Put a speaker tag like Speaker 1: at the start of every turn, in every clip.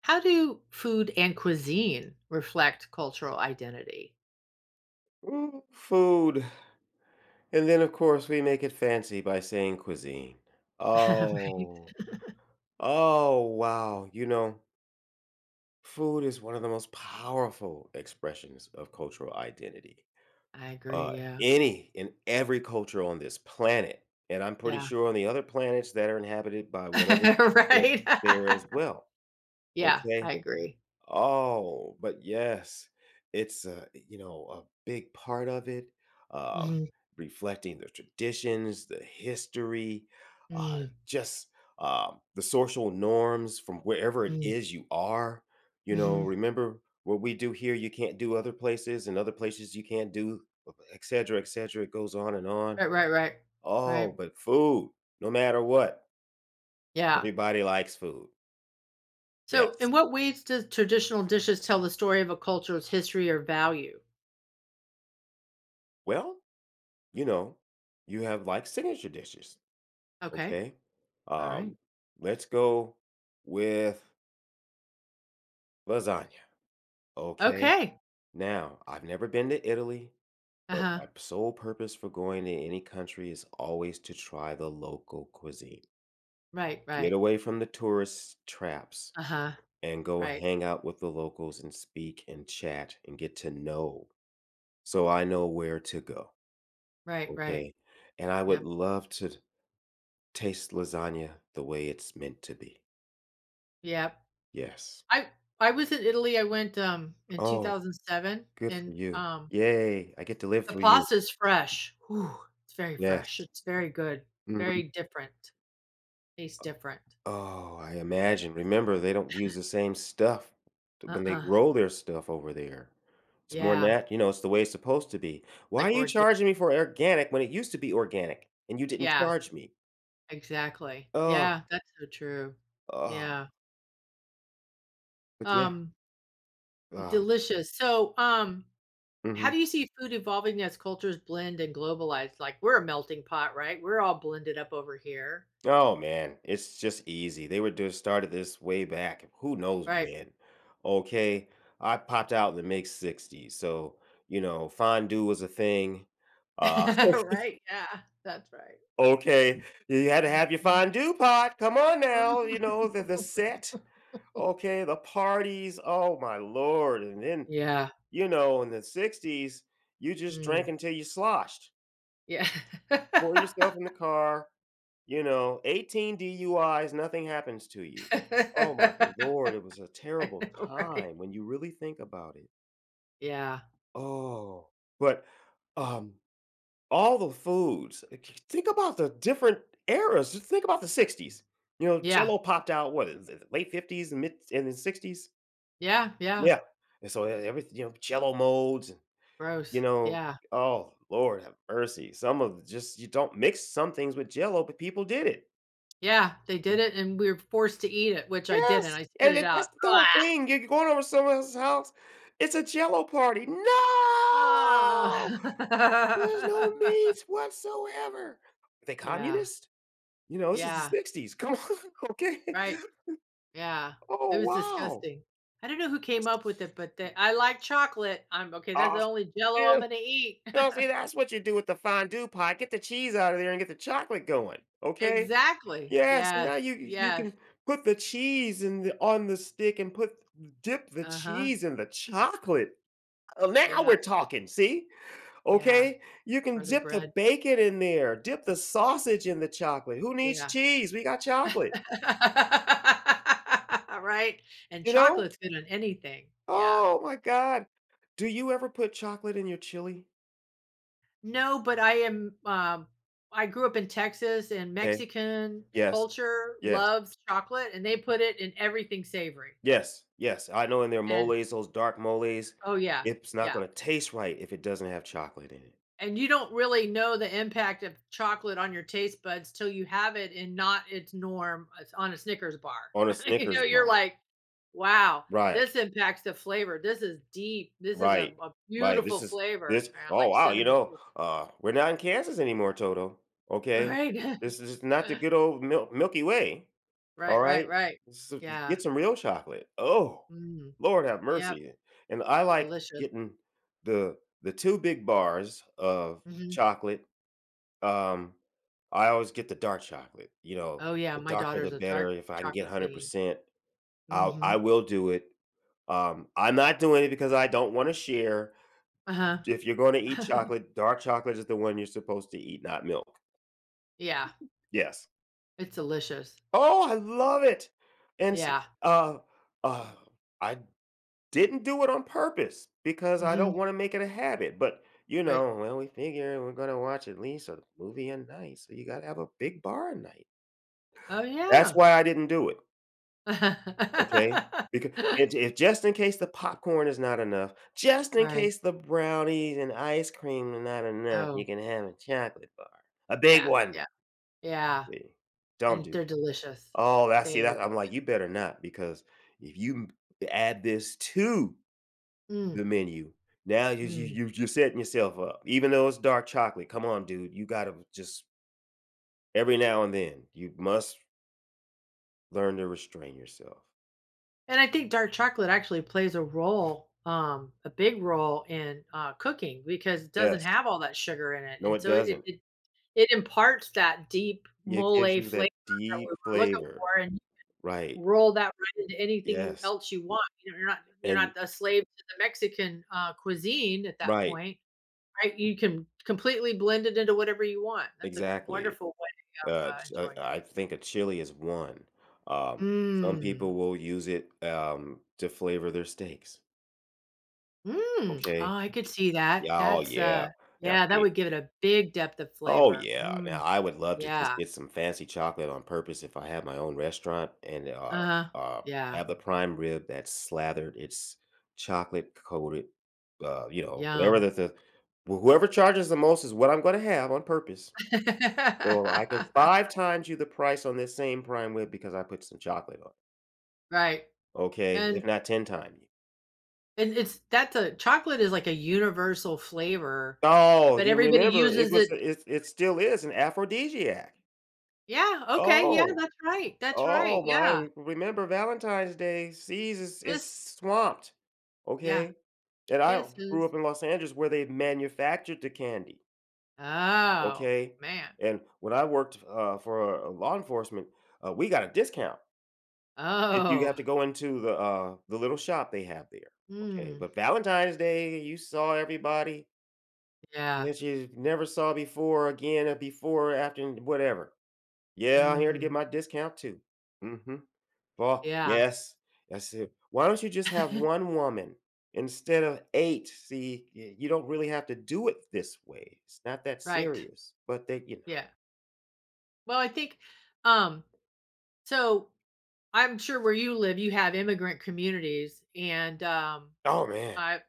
Speaker 1: How do food and cuisine reflect cultural identity?
Speaker 2: Ooh, food. And then, of course, we make it fancy by saying cuisine. Oh, oh, wow. You know, food is one of the most powerful expressions of cultural identity.
Speaker 1: Right? I agree,
Speaker 2: Uh,
Speaker 1: yeah.
Speaker 2: any and every culture on this planet, and I'm pretty
Speaker 1: Yeah.
Speaker 2: sure on the other planets that are inhabited by whatever that's
Speaker 1: Right?
Speaker 2: there as well.
Speaker 1: Yeah, I
Speaker 2: Okay.
Speaker 1: agree.
Speaker 2: Oh, but yes, it's a you know a big part of it. Um,
Speaker 1: Mhm.
Speaker 2: reflecting the traditions, the history, uh,
Speaker 1: mm,
Speaker 2: just the social norms from wherever it
Speaker 1: mm,
Speaker 2: is you are. You know,
Speaker 1: mhm.
Speaker 2: remember what we do here, you can't do other places, and other places you can't do, et cetera, et cetera. It goes on and on.
Speaker 1: Right, right, right.
Speaker 2: Oh,
Speaker 1: Right.
Speaker 2: but food, no matter what,
Speaker 1: Yeah.
Speaker 2: everybody likes food.
Speaker 1: So, in
Speaker 2: Yes.
Speaker 1: what ways does traditional dishes tell the story of a culture's history or value?
Speaker 2: Well, you know, you have like signature dishes,
Speaker 1: Okay.
Speaker 2: okay?
Speaker 1: All
Speaker 2: Um,
Speaker 1: right.
Speaker 2: let's go with lasagna, okay?
Speaker 1: Okay.
Speaker 2: Now, I've never been to Italy, but
Speaker 1: Uh-huh.
Speaker 2: my sole purpose for going to any country is always to try the local cuisine.
Speaker 1: Right,
Speaker 2: Get
Speaker 1: right.
Speaker 2: away from the tourist traps
Speaker 1: Uh-huh.
Speaker 2: and go
Speaker 1: Right.
Speaker 2: hang out with the locals and speak and chat and get to know so I know where to go,
Speaker 1: Right, right.
Speaker 2: okay? And I would
Speaker 1: Yep.
Speaker 2: love to taste lasagna the way it's meant to be.
Speaker 1: Yep.
Speaker 2: Yes.
Speaker 1: I I was in Italy, I went, in
Speaker 2: Oh,
Speaker 1: 2007
Speaker 2: good for
Speaker 1: and,
Speaker 2: you.
Speaker 1: um,
Speaker 2: Yay, I get to live
Speaker 1: the
Speaker 2: through you.
Speaker 1: pasta is fresh. Whew, it's very fresh,
Speaker 2: Yes.
Speaker 1: it's very good,
Speaker 2: Mhm.
Speaker 1: very different, tastes different.
Speaker 2: Oh, I imagine. Remember, they don't use the same stuff t when they
Speaker 1: Uh-uh,
Speaker 2: grow their stuff over there. It's more
Speaker 1: yeah,
Speaker 2: it's the way it's supposed to be. Why are
Speaker 1: like
Speaker 2: you
Speaker 1: organic.
Speaker 2: charging me for organic when it used to be organic and you didn't
Speaker 1: Yeah,
Speaker 2: charge me?
Speaker 1: exactly.
Speaker 2: Oh,
Speaker 1: Yeah, that's so true. Yeah,
Speaker 2: oh. But yeah,
Speaker 1: um,
Speaker 2: um,
Speaker 1: delicious. So, how
Speaker 2: mhm.
Speaker 1: do you see food evolving as cultures blend and globalize? Like, we're a melting pot, right? We're all blended up over here.
Speaker 2: Oh man, it's just easy. They were just started this way back. Who knows
Speaker 1: Right.
Speaker 2: when? Okay, I popped out in the mid '60s, so fondue was a thing. Uh,
Speaker 1: Right, yeah, that's right.
Speaker 2: okay, you had to have your
Speaker 1: Mhm.
Speaker 2: fondue pot. Come on
Speaker 1: Mhm.
Speaker 2: now, you know the set. Okay, the parties. Oh my lord! And then
Speaker 1: Yeah.
Speaker 2: in the '60s, you just
Speaker 1: Mm.
Speaker 2: drank until you sloshed.
Speaker 1: Yeah.
Speaker 2: Pour yourself in the car, 18 DUIs, nothing happens to you. Oh my
Speaker 1: I
Speaker 2: lord, it was a terrible
Speaker 1: know, right?
Speaker 2: time when you really think about it.
Speaker 1: Yeah.
Speaker 2: Oh, but, um, all the foods, think about the different eras, just think about the '60s. You know,
Speaker 1: Yeah.
Speaker 2: Jello popped out, what is it, late '50s and mid and then '60s?
Speaker 1: Yeah, yeah.
Speaker 2: Yeah, and so e everything, Jello molds and, you
Speaker 1: Gross.
Speaker 2: know,
Speaker 1: Yeah.
Speaker 2: oh, Lord have mercy. Just you don't mix some things with Jello, but people did it.
Speaker 1: Yeah, they did it and we were forced to eat it, which I didn't.
Speaker 2: Yes,
Speaker 1: I spit
Speaker 2: and
Speaker 1: it
Speaker 2: it that's
Speaker 1: out.
Speaker 2: the whole
Speaker 1: Ah!
Speaker 2: thing. You're going over someone else's house. It's a jello party. No, there's
Speaker 1: Ah!
Speaker 2: no meats whatsoever. Are they
Speaker 1: Yeah.
Speaker 2: communist? You know, this is the
Speaker 1: Yeah.
Speaker 2: '60s. Come on, okay.
Speaker 1: Right. Yeah. It
Speaker 2: Oh
Speaker 1: was
Speaker 2: wow.
Speaker 1: disgusting. I don't know who came up with it, but they I like chocolate. I'm okay, that's
Speaker 2: Ah,
Speaker 1: the only Jello I'm
Speaker 2: yeah.
Speaker 1: gonna eat.
Speaker 2: No, see, that's what you do with the fondue pot. Get the cheese out of there and get the chocolate going. Okay.
Speaker 1: Exactly.
Speaker 2: Yes.
Speaker 1: Yes.
Speaker 2: Now you
Speaker 1: Yes.
Speaker 2: can put the cheese in the on the stick and put dip the
Speaker 1: Uh-huh.
Speaker 2: cheese in the chocolate. Oh, now
Speaker 1: Yeah,
Speaker 2: we're talking. See?
Speaker 1: yeah,
Speaker 2: Okay. You can
Speaker 1: or the
Speaker 2: dip the
Speaker 1: bread.
Speaker 2: bacon in there, dip the sausage in the chocolate. Who needs
Speaker 1: Yeah.
Speaker 2: cheese? We got chocolate,
Speaker 1: Right? And
Speaker 2: you know?
Speaker 1: chocolate's good on anything. Yeah.
Speaker 2: Oh my God. Do you ever put chocolate in your chili?
Speaker 1: No, but I am, I grew up in Texas, and
Speaker 2: Okay.
Speaker 1: Mexican
Speaker 2: Yes.
Speaker 1: culture
Speaker 2: Yes.
Speaker 1: loves chocolate, and they put it in everything savory,
Speaker 2: Yes. Yes. I know in their
Speaker 1: and
Speaker 2: moles, those dark moles,
Speaker 1: oh, yeah.
Speaker 2: it's not
Speaker 1: Yeah.
Speaker 2: going to taste right if it doesn't have chocolate in it
Speaker 1: And you don't really know the impact of chocolate on your taste buds till you have it in not its norm as on a Snickers bar.
Speaker 2: on a
Speaker 1: You know,
Speaker 2: Snickers
Speaker 1: you're
Speaker 2: bar.
Speaker 1: like, "Wow,
Speaker 2: Right.
Speaker 1: this impacts the flavor. This is deep. This is a
Speaker 2: Right.
Speaker 1: a
Speaker 2: Right.
Speaker 1: beautiful
Speaker 2: This is
Speaker 1: flavor."
Speaker 2: this
Speaker 1: Yeah, I
Speaker 2: oh
Speaker 1: like
Speaker 2: wow,
Speaker 1: cinnamon too.
Speaker 2: we're not in Kansas anymore, Toto.
Speaker 1: All
Speaker 2: Okay.
Speaker 1: right,
Speaker 2: This is not the good old Milky Way. All
Speaker 1: right, right,
Speaker 2: right.
Speaker 1: right.
Speaker 2: This is-
Speaker 1: Yeah.
Speaker 2: get some real chocolate. Oh,
Speaker 1: Mm.
Speaker 2: Lord have
Speaker 1: Yep,
Speaker 2: mercy. And I like
Speaker 1: delicious.
Speaker 2: getting the the two big bars of
Speaker 1: Mhm.
Speaker 2: chocolate. Um I always get the dark chocolate. You know,
Speaker 1: Oh, yeah,
Speaker 2: the
Speaker 1: my
Speaker 2: darker
Speaker 1: daughter's
Speaker 2: the
Speaker 1: a
Speaker 2: better.
Speaker 1: dark
Speaker 2: If I can get
Speaker 1: chocolate fiend.
Speaker 2: 100%, I'll I
Speaker 1: Mhm.
Speaker 2: will do it. I'm not doing it because I don't want to share.
Speaker 1: Uh-huh.
Speaker 2: If you're gonna eat chocolate, dark chocolate is the one you're supposed to eat, not milk.
Speaker 1: Yeah,
Speaker 2: Yes.
Speaker 1: it's delicious.
Speaker 2: Oh, I love it! And see,
Speaker 1: Yeah.
Speaker 2: uh, uh, I didn't do it on purpose because I don't
Speaker 1: Mhm.
Speaker 2: wanna make it a habit, but,
Speaker 1: Right.
Speaker 2: well, we figure we're gonna watch at least a movie a night, so you gotta have a big bar a night.
Speaker 1: Oh,
Speaker 2: That's
Speaker 1: yeah.
Speaker 2: why I didn't do it, okay? Because if it just in case the popcorn is not enough, just in
Speaker 1: Right.
Speaker 2: case the brownies and ice cream are not enough,
Speaker 1: Oh,
Speaker 2: you can have a chocolate bar, a big
Speaker 1: yeah,
Speaker 2: one.
Speaker 1: yeah, yeah,
Speaker 2: See, don't
Speaker 1: and
Speaker 2: do that.
Speaker 1: they're delicious.
Speaker 2: Oh, I
Speaker 1: They
Speaker 2: see,
Speaker 1: are
Speaker 2: that I'm like,
Speaker 1: delicious.
Speaker 2: you better not because if add this to
Speaker 1: Mm,
Speaker 2: the menu, now you, you
Speaker 1: mm,
Speaker 2: you you're setting yourself up. Even though it's dark chocolate, come on, dude, you gotta just every now and then you must learn to restrain yourself.
Speaker 1: and I think dark chocolate actually plays a role, a big role in, cooking because it doesn't
Speaker 2: Yes,
Speaker 1: have all that sugar in it,
Speaker 2: no,
Speaker 1: and
Speaker 2: it
Speaker 1: so it
Speaker 2: doesn't.
Speaker 1: it it imparts that deep
Speaker 2: It
Speaker 1: mole
Speaker 2: gives you
Speaker 1: flavor
Speaker 2: that
Speaker 1: that we
Speaker 2: deep
Speaker 1: were looking
Speaker 2: flavor,
Speaker 1: for and
Speaker 2: right?
Speaker 1: roll that right into anything you
Speaker 2: Yes,
Speaker 1: else you want. You know, you're not
Speaker 2: and
Speaker 1: a slave to the Mexican, cuisine at that
Speaker 2: right,
Speaker 1: point. Right, you can completely blend it into whatever you want. That's a
Speaker 2: exactly.
Speaker 1: wonderful way of
Speaker 2: Ch
Speaker 1: enjoying it.
Speaker 2: I think a chili is one. Um, some people
Speaker 1: Mm.
Speaker 2: will use it, to flavor their steaks,
Speaker 1: Mm.
Speaker 2: okay?
Speaker 1: Oh, I could see that.
Speaker 2: Yeah, oh, yeah. Now
Speaker 1: Yeah, that
Speaker 2: see
Speaker 1: would give it a big depth of
Speaker 2: oh,
Speaker 1: flavor.
Speaker 2: yeah.
Speaker 1: Mm,
Speaker 2: Now I would love to just
Speaker 1: yeah.
Speaker 2: get some fancy chocolate on purpose if I had my own restaurant and,
Speaker 1: Uh-huh.
Speaker 2: uh,
Speaker 1: Yeah.
Speaker 2: have the prime rib that's slathered, it's chocolate coated, whatever
Speaker 1: Yum.
Speaker 2: the wh whoever charges the most is what I'm gonna have on purpose. So I can 5 times you the price on this same prime rib because I put some chocolate on.
Speaker 1: Right.
Speaker 2: Okay, if
Speaker 1: And
Speaker 2: not 10 times.
Speaker 1: and it's that's a chocolate is like a universal flavor,
Speaker 2: Oh,
Speaker 1: but
Speaker 2: you
Speaker 1: everybody
Speaker 2: remember it
Speaker 1: uses it.
Speaker 2: was it it still is an aphrodisiac.
Speaker 1: Yeah, okay, yeah,
Speaker 2: Oh,
Speaker 1: that's right,
Speaker 2: oh my,
Speaker 1: yeah.
Speaker 2: remember Valentine's Day, seas is
Speaker 1: Kiss
Speaker 2: swamped,
Speaker 1: yeah,
Speaker 2: okay? And I grew
Speaker 1: kisses.
Speaker 2: up in Los Angeles where they manufactured the candy,
Speaker 1: Oh,
Speaker 2: okay?
Speaker 1: man.
Speaker 2: And when I worked, for, law enforcement, we got a discount if you have
Speaker 1: Oh.
Speaker 2: to go into the little shop they have there, okay?
Speaker 1: Mm.
Speaker 2: But Valentine's Day, you saw everybody
Speaker 1: Yeah.
Speaker 2: that you never saw before, again, or before, after, and whatever. "Yeah, I'm here to get
Speaker 1: Mm.
Speaker 2: my discount too." Mhm. "Well,
Speaker 1: Yeah.
Speaker 2: yes." I said, "Why don't you just have 1 woman instead of 8? See, y you don't really have to do it this way. It's not that
Speaker 1: Right.
Speaker 2: serious." But they.
Speaker 1: Yeah. Well, I think, um, so I'm sure where you live, you have immigrant communities, and
Speaker 2: Oh, man.
Speaker 1: I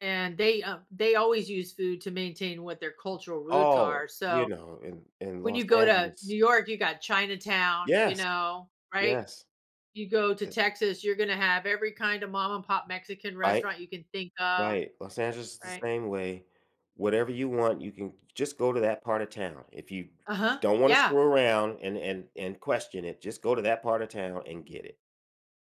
Speaker 1: and they always use food to maintain what their cultural roots
Speaker 2: Oh,
Speaker 1: are. So
Speaker 2: in
Speaker 1: when
Speaker 2: Los
Speaker 1: you go to New
Speaker 2: Angeles.
Speaker 1: York, you got Chinatown, you
Speaker 2: Yes,
Speaker 1: know, right?
Speaker 2: yes.
Speaker 1: You go to
Speaker 2: Eh,
Speaker 1: Texas, you're gonna have every kind of mom and pop Mexican
Speaker 2: right?
Speaker 1: restaurant you can think of,
Speaker 2: Right, Los Angeles is
Speaker 1: right?
Speaker 2: the same way. Whatever you want, you can just go to that part of town. If you
Speaker 1: Uh-huh.
Speaker 2: don't wanna
Speaker 1: Yeah,
Speaker 2: screw around and question it, just go to that part of town and get it.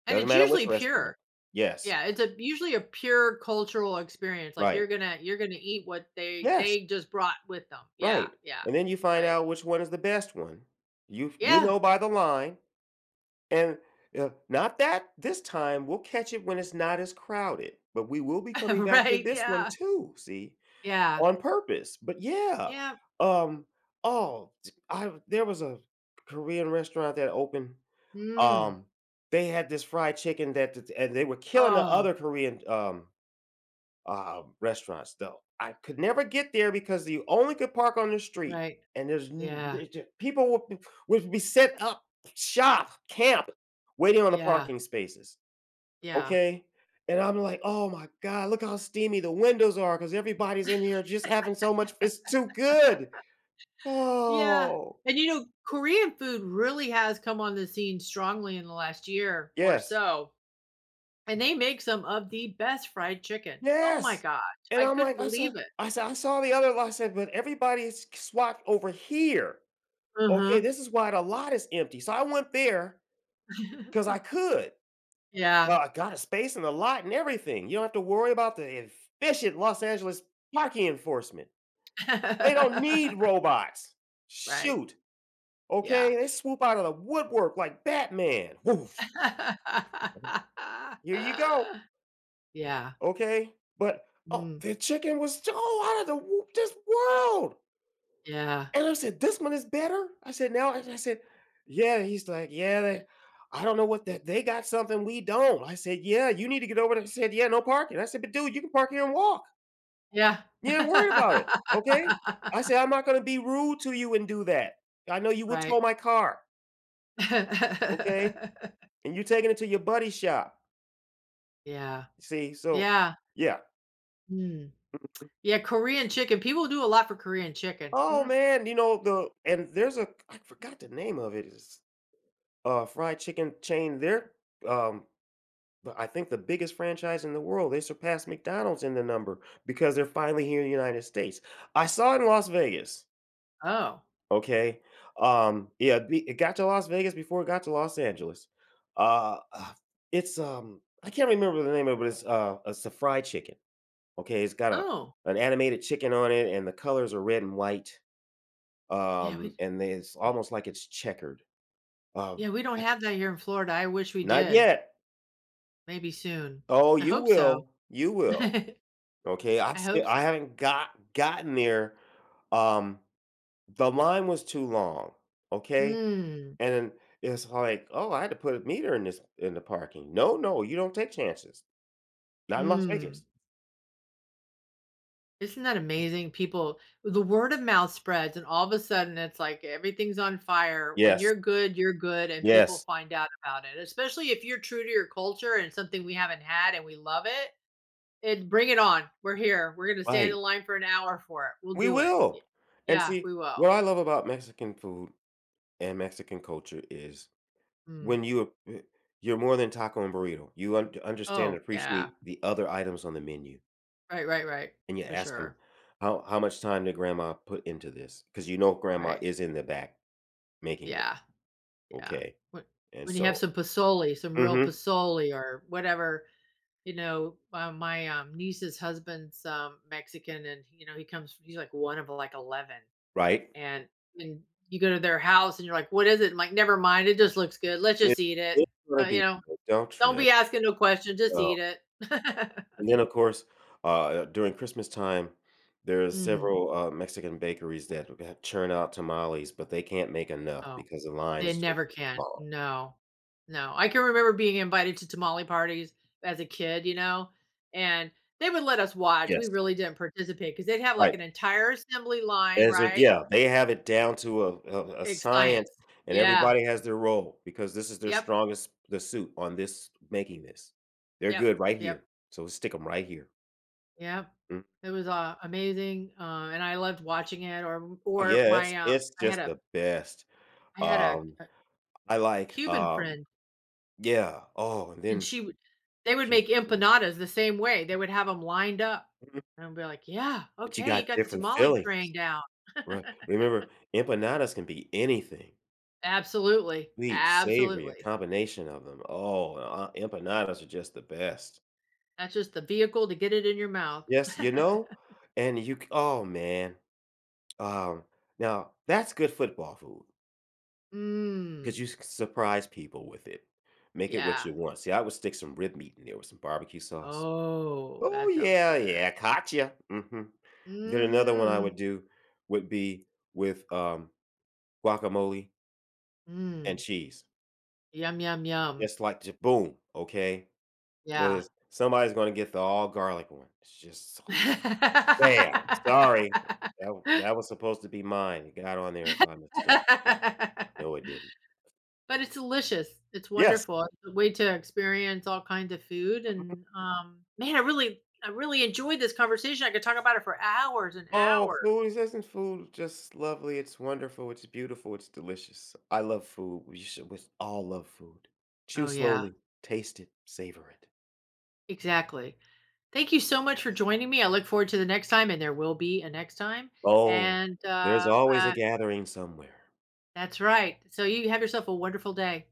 Speaker 1: and
Speaker 2: Doesn't
Speaker 1: it's
Speaker 2: matter which
Speaker 1: usually
Speaker 2: restaurant.
Speaker 1: pure.
Speaker 2: Yes,
Speaker 1: Yeah, it's a usually a pure cultural experience, like,
Speaker 2: right.
Speaker 1: you're gonna eat what they
Speaker 2: Yes,
Speaker 1: they just brought with them. Yeah,
Speaker 2: right,
Speaker 1: yeah.
Speaker 2: and then you find
Speaker 1: Right.
Speaker 2: out which one is the best one. You
Speaker 1: Yeah.
Speaker 2: know by the line, and, not that this time, we'll catch it when it's not as crowded, but we will be coming back to
Speaker 1: Right,
Speaker 2: this one
Speaker 1: yeah.
Speaker 2: too, see?
Speaker 1: Yeah.
Speaker 2: On purpose, but yeah.
Speaker 1: Yeah.
Speaker 2: Um, oh, t I there was a Korean restaurant that opened,
Speaker 1: Mm.
Speaker 2: um, they had this fried chicken that th and they were killing the
Speaker 1: Oh,
Speaker 2: other Korean, restaurants, though. I could never get there because you only could park on the street,
Speaker 1: right.
Speaker 2: and there's n
Speaker 1: Yeah.
Speaker 2: d d people would be set up shop, camp, waiting on the
Speaker 1: Yeah.
Speaker 2: parking spaces.
Speaker 1: Yeah.
Speaker 2: Okay? And I'm like, "Oh my god, look how steamy the windows are because everybody's in here just having so much it's too good."
Speaker 1: Yeah.
Speaker 2: Oh,
Speaker 1: And, you know, Korean food really has come on the scene strongly in the last year or
Speaker 2: yes.
Speaker 1: so, and they make some of the best fried chicken. Oh my
Speaker 2: Yes.
Speaker 1: gosh,
Speaker 2: And
Speaker 1: I
Speaker 2: I'm
Speaker 1: couldn't
Speaker 2: like, I saw,
Speaker 1: believe it.
Speaker 2: I said, "I saw the other lot," I said, "but everybody's swat over here." Okay,
Speaker 1: Uh-huh.
Speaker 2: this is why the lot is empty. So I went there because I could.
Speaker 1: Yeah.
Speaker 2: Well, I got a space in the lot and everything. You don't have to worry about the efficient Los Angeles parking enforcement. They don't need robots.
Speaker 1: Right.
Speaker 2: Shoot.
Speaker 1: Yeah.
Speaker 2: Okay, they swoop out of the woodwork like Batman. Woof. Here you go.
Speaker 1: Yeah.
Speaker 2: Okay, but oh,
Speaker 1: Mm.
Speaker 2: the chicken was oh out of the this world.
Speaker 1: Yeah.
Speaker 2: And I said, this one is better. I said, now I said, yeah. He's like, yeah. They, I don't know what that they got something we don't. I said, yeah. You need to get over there. He said, yeah, no parking. I said, but dude, you can park here and walk.
Speaker 1: Yeah.
Speaker 2: You ain't worried about it. Okay. I said, I'm not gonna be rude to you and do that. I know you will tow
Speaker 1: Right.
Speaker 2: my car. Okay, and you're taking it to your buddy's shop.
Speaker 1: Yeah.
Speaker 2: See, so
Speaker 1: Yeah.
Speaker 2: yeah.
Speaker 1: Mm. Yeah, Korean chicken. People do a lot for Korean chicken.
Speaker 2: Oh
Speaker 1: Mhm.
Speaker 2: man, you know the and there's a I forgot the name of it is fried chicken chain. They're um but I think the biggest franchise in the world. They surpassed McDonald's in the number because they're finally here in the United States. I saw it in Las Vegas.
Speaker 1: Oh.
Speaker 2: Okay. Yeah, it got to Las Vegas before it got to Los Angeles. Uh uh, it's I can't remember the name of it, but it's a fried chicken. Okay, it's got a
Speaker 1: Oh.
Speaker 2: an animated chicken on it and the colors are red and white.
Speaker 1: Yeah, we
Speaker 2: And they it's almost like it's checkered.
Speaker 1: yeah,
Speaker 2: Um,
Speaker 1: we don't
Speaker 2: I
Speaker 1: have that here in Florida. I wish we
Speaker 2: not
Speaker 1: did.
Speaker 2: yet.
Speaker 1: Maybe soon.
Speaker 2: Oh,
Speaker 1: I
Speaker 2: you
Speaker 1: hope so.
Speaker 2: will, you will. Okay, i
Speaker 1: I hope
Speaker 2: still I
Speaker 1: so.
Speaker 2: haven't gotten there. Um, the line was too long, okay?
Speaker 1: Mm.
Speaker 2: And it's like, "Oh, I had to put a meter in the parking." "No, no, you don't take chances. Not in Las
Speaker 1: Mm.
Speaker 2: Vegas."
Speaker 1: Isn't that amazing? People the word of mouth spreads, and all of a sudden, it's like everything's on fire. When
Speaker 2: Yes,
Speaker 1: you're good, and people
Speaker 2: yes,
Speaker 1: find out about it, especially if you're true to your culture and it's something we haven't had and we love it. It bring it on. We're here. We're gonna stand in
Speaker 2: right.
Speaker 1: line for an hour for it. We'll
Speaker 2: We
Speaker 1: do it. Y
Speaker 2: will. And
Speaker 1: yeah,
Speaker 2: see,
Speaker 1: we will.
Speaker 2: what I love about Mexican food and Mexican culture is.
Speaker 1: Mm.
Speaker 2: When you eh, you're more than taco and burrito. You un understand
Speaker 1: Oh,
Speaker 2: and
Speaker 1: yeah.
Speaker 2: appreciate the other items on the menu,
Speaker 1: Right, right, right.
Speaker 2: and you
Speaker 1: For
Speaker 2: ask them,
Speaker 1: sure.
Speaker 2: "How much time did grandma put into this, because you know grandma
Speaker 1: Right.
Speaker 2: is in the back making it,
Speaker 1: Yeah, yeah.
Speaker 2: okay?
Speaker 1: When
Speaker 2: And
Speaker 1: when you have
Speaker 2: so
Speaker 1: some pasoli, some real
Speaker 2: mhm,
Speaker 1: pasoli, or whatever you know, my niece's husband's Mexican, and you know, he comes. He's like one of like 11,
Speaker 2: right?
Speaker 1: and and you go to their house, and you're like, "What is it?" Never mind. It just looks good. Let's
Speaker 2: It
Speaker 1: just eat it.
Speaker 2: it's gonna
Speaker 1: You
Speaker 2: be
Speaker 1: know,
Speaker 2: good, don't
Speaker 1: don't
Speaker 2: trip,
Speaker 1: be asking no questions. Just
Speaker 2: no.
Speaker 1: eat it.
Speaker 2: And then, of course, during Christmas time, there's
Speaker 1: Mm.
Speaker 2: several, Mexican bakeries that churn out tamales, but they can't make enough
Speaker 1: Oh,
Speaker 2: because the
Speaker 1: they
Speaker 2: line's just
Speaker 1: never can.
Speaker 2: long.
Speaker 1: No, no. I can remember being invited to tamale parties as a kid. You know, and they would let us watch. We
Speaker 2: Yes,
Speaker 1: really didn't participate because they'd have like
Speaker 2: right.
Speaker 1: an entire assembly line,
Speaker 2: As a
Speaker 1: right?
Speaker 2: yeah, they have it down to a
Speaker 1: Big science.
Speaker 2: science, and
Speaker 1: Yeah.
Speaker 2: everybody has their role because this is their
Speaker 1: Yep.
Speaker 2: strongest the suit on this making this. They're
Speaker 1: Yep.
Speaker 2: good right
Speaker 1: Yep.
Speaker 2: here, so stick them right here.
Speaker 1: Yep.
Speaker 2: Mm.
Speaker 1: It was, amazing, and I loved watching it or
Speaker 2: Oh, yeah, it's it's
Speaker 1: I had
Speaker 2: just
Speaker 1: a
Speaker 2: the best.
Speaker 1: I had a
Speaker 2: Um,
Speaker 1: a
Speaker 2: I like,
Speaker 1: Cuban friend,
Speaker 2: yeah, oh, and
Speaker 1: and
Speaker 2: then
Speaker 1: she would they would make
Speaker 2: cucumber
Speaker 1: empanadas the same way. They would have them lined up,
Speaker 2: mhm,
Speaker 1: and I'd be like, "Yeah,
Speaker 2: but you
Speaker 1: okay, you
Speaker 2: got
Speaker 1: got the
Speaker 2: different
Speaker 1: tamale train
Speaker 2: fillings,
Speaker 1: down."
Speaker 2: right? Remember, empanadas can be anything,
Speaker 1: Absolutely.
Speaker 2: sweet, savory, a
Speaker 1: Absolutely.
Speaker 2: combination of them. Oh, empanadas are just the best.
Speaker 1: That's just the vehicle to get it in your mouth.
Speaker 2: Yes, you know, and you c oh, man, um, now that's good football food because
Speaker 1: Hmm.
Speaker 2: you s surprise people with it. Make it what
Speaker 1: Yeah.
Speaker 2: you want. See, I would stick some rib meat in there with some barbecue sauce.
Speaker 1: Oh,
Speaker 2: "Oh,
Speaker 1: that sounds
Speaker 2: yeah,
Speaker 1: good.
Speaker 2: yeah, caught ya." Mhm. Then another one I
Speaker 1: Mhm.
Speaker 2: would do would be with, guacamole and
Speaker 1: Mm.
Speaker 2: cheese.
Speaker 1: Yum, yum, yum.
Speaker 2: It's like just boom, okay?
Speaker 1: Yeah.
Speaker 2: There's somebody's gonna get the all garlic one. It's just so. Damn, sorry. That was supposed to be mine. It got on there by mistake. No, it didn't.
Speaker 1: But it's delicious. It's
Speaker 2: Yes.
Speaker 1: wonderful. It's a way to experience all kinds of food
Speaker 2: Mhm.
Speaker 1: and, man, I really enjoyed this conversation. I could talk about it for hours and
Speaker 2: Oh,
Speaker 1: hours.
Speaker 2: food is isn't food just lovely? It's wonderful, it's beautiful, it's delicious. I love food. We all love food.
Speaker 1: Oh,
Speaker 2: Chew
Speaker 1: yeah.
Speaker 2: slowly, taste it, savor it.
Speaker 1: Exactly. Thank you so much for
Speaker 2: Yes.
Speaker 1: joining me. I look forward to the next time, and there will be a next time.
Speaker 2: Oh,
Speaker 1: And,
Speaker 2: there's always a gathering somewhere.
Speaker 1: that's right. So you have yourself a wonderful day.